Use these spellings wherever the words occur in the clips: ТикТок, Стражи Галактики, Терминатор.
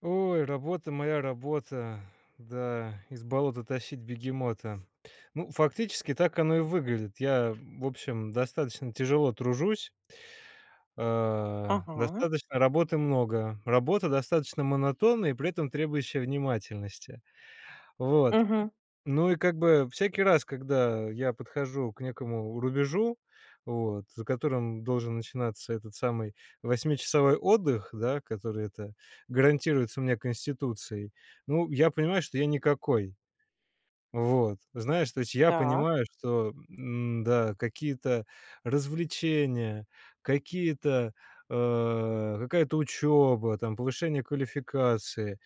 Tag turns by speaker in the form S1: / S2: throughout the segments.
S1: Ой, работа, моя работа. Да, из болота тащить бегемота. Ну, фактически так оно и выглядит. Я, в общем, достаточно тяжело тружусь,
S2: Ага,
S1: достаточно работы много. Работа достаточно монотонная и при этом требующая внимательности. Вот.
S2: мгм,
S1: Ну и как бы всякий раз, когда я подхожу к некому рубежу, вот, за которым должен начинаться этот самый восьмичасовой отдых, да, который это гарантируется мне Конституцией, ну, я понимаю, что я никакой. Вот, знаешь, то есть я
S2: так,
S1: понимаю, что, да, какие-то развлечения, какие-то какая-то учеба, там, повышение квалификации,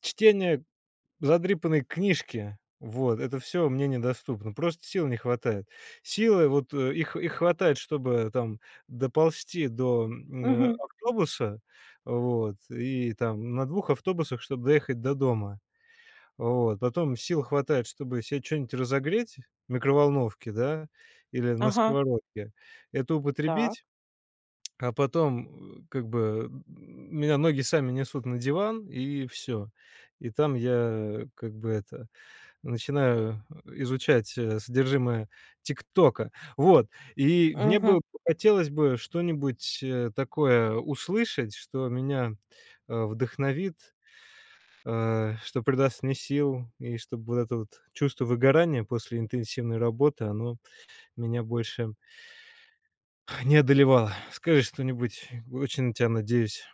S1: чтение задрипанные книжки. Вот, это все мне недоступно. Просто сил не хватает. Силы, вот, их хватает, чтобы там доползти до,
S2: мгм,
S1: автобуса, вот, и там на двух автобусах, чтобы доехать до дома. Вот, потом сил хватает, чтобы себе что нибудь разогреть в микроволновке, да, или на
S2: ага,
S1: сковородке, это
S2: так,
S1: употребить, а потом, как бы, меня ноги сами несут на диван, и все. И там я, как бы, это начинаю изучать содержимое "ТикТока". Вот, и мне
S2: мгм.
S1: бы хотелось бы что-нибудь, такое услышать, что меня, вдохновит, что придаст мне сил, и чтобы вот это вот чувство выгорания после интенсивной работы, оно меня больше не одолевало. Скажи что-нибудь, очень на тебя надеюсь.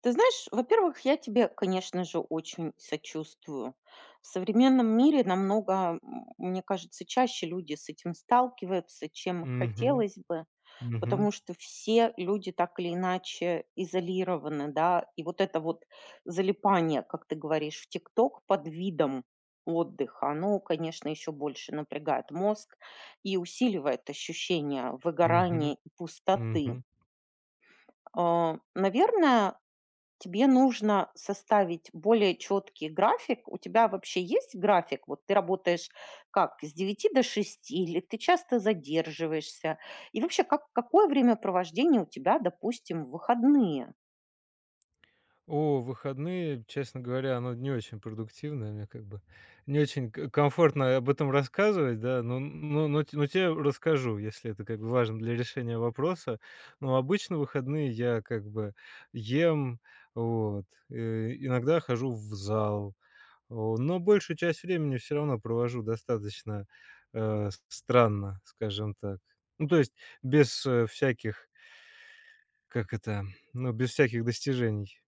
S2: Ты знаешь, во-первых, я тебе, конечно же, очень сочувствую. В современном мире намного, мне кажется, чаще люди с этим сталкиваются, чем
S1: Мгм,
S2: хотелось бы.
S1: мгм,
S2: Потому что все люди так или иначе изолированы, да. И вот это вот залипание, как ты говоришь, в "Тикток" под видом отдыха, оно, конечно, еще больше напрягает мозг и усиливает ощущение
S1: мгм,
S2: выгорания и пустоты.
S1: мгм.
S2: А, наверное, тебе нужно составить более четкий график. У тебя вообще есть график? Вот ты работаешь как, с девяти до шести, или ты часто задерживаешься? И вообще, как, какое времяпровождение у тебя, допустим, в выходные?
S1: О, выходные, честно говоря, оно не очень продуктивное, мне как бы не очень к комфортно об этом рассказывать, да, но тебе расскажу, если это как бы важно для решения вопроса. Но обычно выходные я как бы ем, вот, иногда хожу в зал, о, но большую часть времени все равно провожу достаточно, странно, скажем так. Ну, то есть без, всяких, как это, ну, без всяких достижений.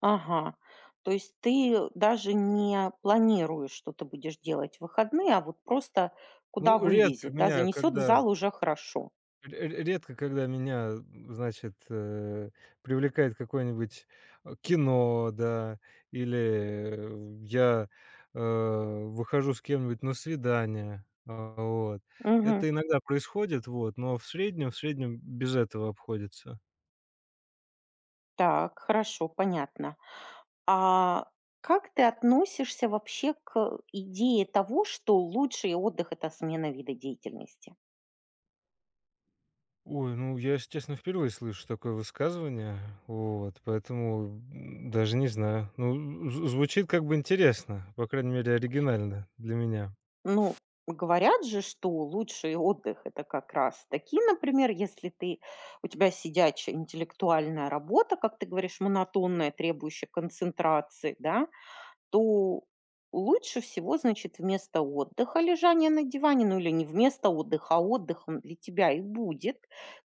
S2: Ага. То есть ты даже не планируешь, что ты будешь делать в выходные, а вот просто куда
S1: Ну, редко
S2: вывезет, да,
S1: меня,
S2: занесет в
S1: когда
S2: зал уже хорошо.
S1: ре ре редко, когда меня, значит, привлекает какое-нибудь, кино, да, или, э, я, выхожу с кем-нибудь на свидание. А, вот.
S2: Мгм.
S1: Это иногда происходит, вот, но в среднем без этого обходится.
S2: Так, хорошо, понятно. А как ты относишься вообще к идее того, что лучший отдых– это смена вида деятельности?
S1: Ой, ну, я, если честно, впервые слышу такое высказывание, вот, поэтому, даже не знаю. Ну, з звучит как бы интересно, по крайней мере, оригинально для меня.
S2: Ну, говорят же, что лучший отдых– это как раз такие, например, если ты, у тебя сидячая интеллектуальная работа, как ты говоришь, монотонная, требующая концентрации, да, то лучше всего, значит, вместо отдыха лежание на диване, ну или не вместо отдыха, а отдыхом для тебя и будет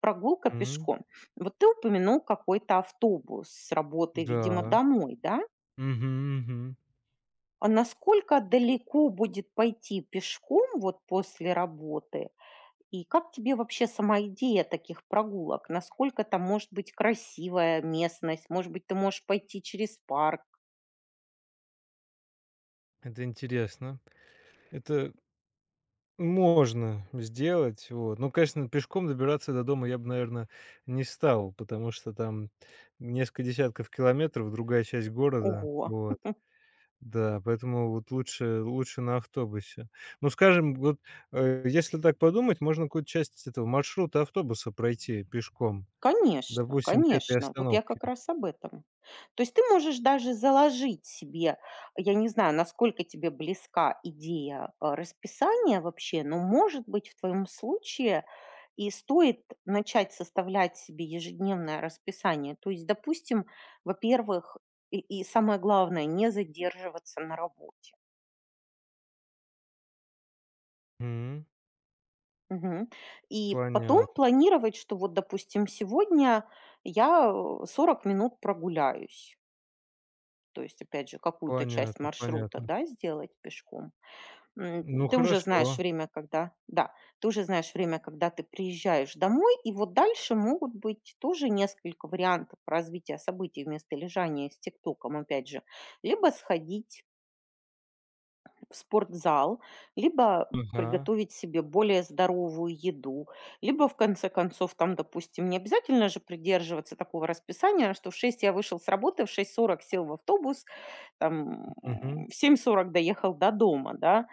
S2: прогулка
S1: М,
S2: пешком. Вот ты упомянул какой-то автобус с работы, видимо,
S1: да.
S2: домой, да?
S1: Мгм, мгм.
S2: А насколько далеко будет пойти пешком вот после работы? И как тебе вообще сама идея таких прогулок? Насколько там может быть красивая местность? Может быть, ты можешь пойти через парк?
S1: Это интересно. Это можно сделать, вот. Ну, конечно, пешком добираться до дома я бы, наверное, не стал, потому что там несколько десятков километров, другая часть города,
S2: Ого!
S1: вот. Да, поэтому вот лучше на автобусе. Ну, скажем, вот, если так подумать, можно какую-то часть этого маршрута автобуса пройти пешком.
S2: Конечно,
S1: Допустим, 2-3
S2: конечно. Вот я
S1: остановки.
S2: как раз об этом. То есть ты можешь даже заложить себе, я не знаю, насколько тебе близка идея расписания вообще, но, может быть, в твоем случае и стоит начать составлять себе ежедневное расписание. То есть, допустим, во-первых, и самое главное, не задерживаться на работе.
S1: М,
S2: Мгм. И потом
S1: понятно,
S2: планировать, что вот, допустим, сегодня я 40 минут прогуляюсь. То есть, опять же, какую-то часть
S1: понятно,
S2: маршрута,
S1: понятно.
S2: да, сделать пешком. М,
S1: Ну
S2: ты уже знаешь
S1: хорошо.
S2: время, когда да, ты уже знаешь время, когда ты приезжаешь домой, и вот дальше могут быть тоже несколько вариантов развития событий вместо лежания с "Тиктоком", опять же. Либо сходить в спортзал, либо
S1: Ага.
S2: приготовить себе более здоровую еду, либо в конце концов, там, допустим, не обязательно же придерживаться такого расписания, что в 6 я вышел с работы, в 6:40 сел в автобус, там,
S1: Мгм.
S2: в 7:40 доехал до дома, да,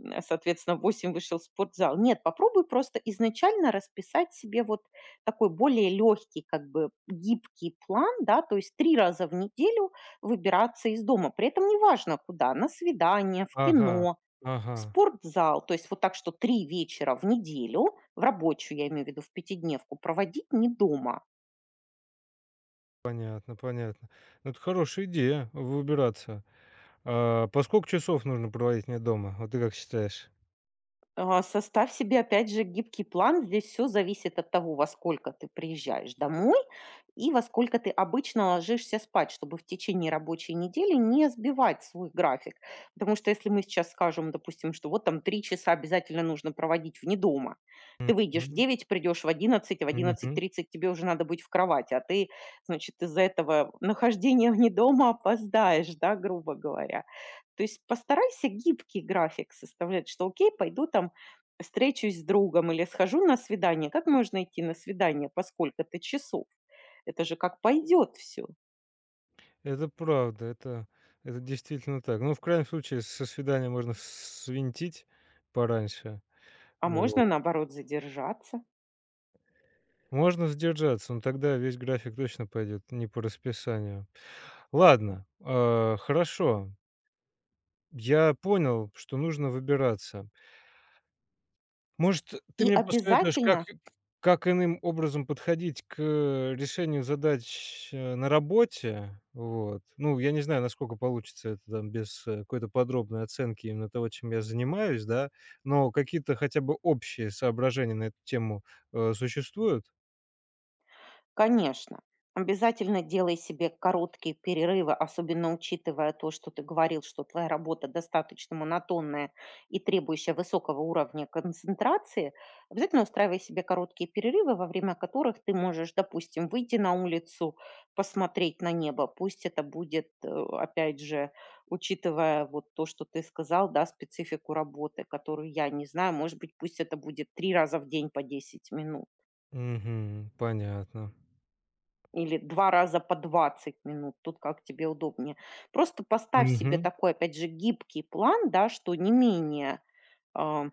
S2: соответственно, в 8 вышел в спортзал. Нет, попробуй просто изначально расписать себе вот такой более легкий, как бы гибкий план, да, то есть 3 раза в неделю выбираться из дома. При этом неважно куда: на свидание, в
S1: Ага.
S2: кино, в
S1: Ага.
S2: спортзал. То есть вот так, что 3 вечера в неделю, в рабочую, я имею в виду, в пятидневку, проводить не дома.
S1: Понятно, понятно. Ну, это хорошая идея выбираться. А, по сколько часов нужно проводить вне дома? Вот ты как считаешь?
S2: А, составь себе, опять же, гибкий план. Здесь все зависит от того, во сколько ты приезжаешь домой и во сколько ты обычно ложишься спать, чтобы в течение рабочей недели не сбивать свой график. Потому что если мы сейчас скажем, допустим, что вот там 3 часа обязательно нужно проводить вне дома. Ты выйдешь в
S1: Мгм.
S2: 9, придешь в 11, а в одиннадцать
S1: Мгм.
S2: тридцать тебе уже надо быть в кровати, а ты, значит, из-за этого нахождения вне дома опоздаешь, да, грубо говоря. То есть постарайся гибкий график составлять, что окей, пойду там встречусь с другом или схожу на свидание. Как можно идти на свидание по сколько-то часов? Это же как пойдет все.
S1: Это правда, это действительно так. Ну, в крайнем случае, со свидания можно свинтить пораньше.
S2: А можно,
S1: Вот.
S2: наоборот, задержаться.
S1: Можно сдержаться, но тогда весь график точно пойдет не по расписанию. Ладно, а, хорошо. Я понял, что нужно выбираться. Может, ты
S2: И
S1: мне посоветуешь,
S2: обязательно
S1: как иным образом подходить к решению задач, на работе? Вот. Ну, я не знаю, насколько получится это там без, какой-то подробной оценки именно того, чем я занимаюсь, да, но какие-то хотя бы общие соображения на эту тему, существуют?
S2: Конечно, обязательно делай себе короткие перерывы, особенно учитывая то, что ты говорил, что твоя работа достаточно монотонная и требующая высокого уровня концентрации. Обязательно устраивай себе короткие перерывы, во время которых ты можешь, допустим, выйти на улицу, посмотреть на небо. Пусть это будет, опять же, учитывая вот то, что ты сказал, да, специфику работы, которую я не знаю, может быть, пусть это будет три раза в день по 10 минут.
S1: Мгм. Понятно.
S2: Или 2 раза по 20 минут, тут как тебе удобнее. Просто поставь себе
S1: Мгм.
S2: такой, опять же, гибкий план, да, что не менее, а,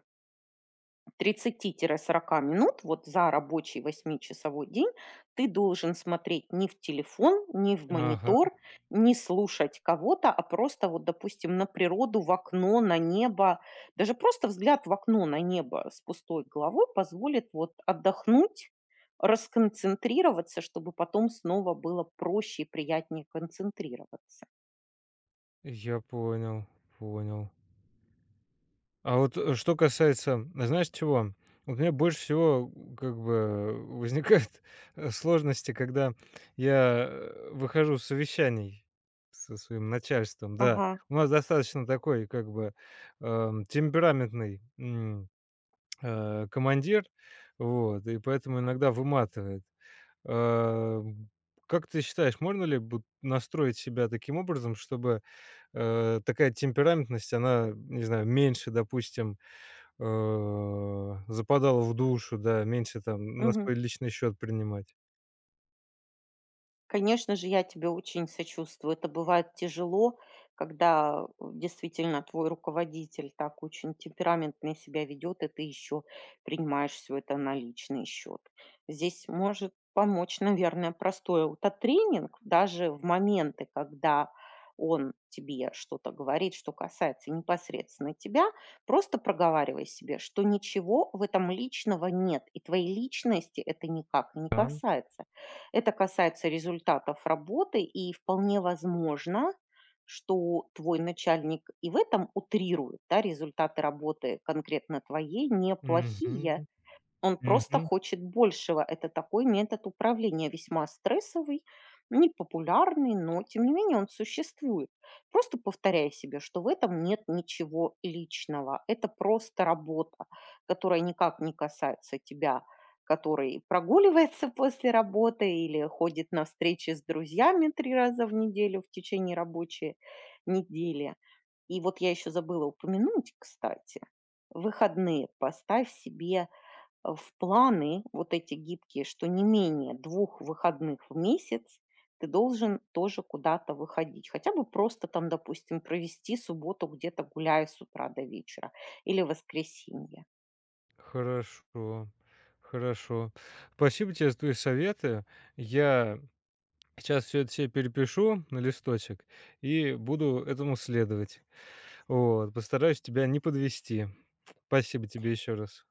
S2: 30 сорока минут вот за рабочий восьмичасовой день ты должен смотреть не в телефон, не в
S1: Ага.
S2: монитор, не слушать кого-то, а просто вот, допустим, на природу, в окно, на небо. Даже просто взгляд в окно на небо с пустой головой позволит вот отдохнуть, расконцентрироваться, чтобы потом снова было проще и приятнее концентрироваться.
S1: Я понял, понял. А вот, что касается, знаешь, чего? Вот у меня больше всего, как бы, возникают, сложности, когда я, выхожу с совещаний со своим начальством. Да,
S2: Ага.
S1: у нас достаточно такой, как бы, темпераментный, командир, вот, и поэтому иногда выматывает. Эм, как ты считаешь, можно ли бут настроить себя таким образом, чтобы, такая темпераментность, она, не знаю, меньше, допустим, западала в душу, да, меньше там на
S2: Мгм.
S1: свой личный счет принимать.
S2: Конечно же, я тебе очень сочувствую. Это бывает тяжело, когда действительно твой руководитель так очень темпераментно себя ведет, и ты еще принимаешь все это на личный счет. Здесь может помочь, наверное, простой аутотренинг, даже в моменты, когда он тебе что-то говорит, что касается непосредственно тебя, просто проговаривай себе, что ничего в этом личного нет, и твоей личности это никак не
S1: Да.
S2: касается. Это касается результатов работы, и вполне возможно, что твой начальник и в этом утрирует, да, результаты работы конкретно твоей неплохие,
S1: Мгм.
S2: он просто
S1: Мгм.
S2: хочет большего. Это такой метод управления, весьма стрессовый, непопулярный, но тем не менее он существует. Просто повторяй себе, что в этом нет ничего личного. Это просто работа, которая никак не касается тебя, который прогуливается после работы или ходит на встречи с друзьями три раза в неделю в течение рабочей недели. И вот я еще забыла упомянуть, кстати, выходные поставь себе в планы вот эти гибкие, что не менее двух выходных в месяц ты должен тоже куда-то выходить. Хотя бы просто там, допустим, провести субботу где-то гуляя с утра до вечера или воскресенье.
S1: Хорошо. Хорошо. Спасибо тебе за твои советы. Я сейчас все это себе перепишу на листочек и буду этому следовать. Вот. Постараюсь тебя не подвести. Спасибо тебе еще раз.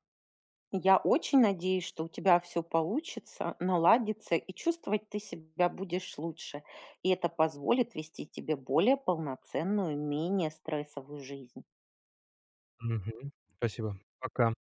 S2: Я очень надеюсь, что у тебя все получится, наладится, и чувствовать ты себя будешь лучше. И это позволит вести тебе более полноценную, менее стрессовую жизнь.
S1: Мгм. Спасибо. Пока.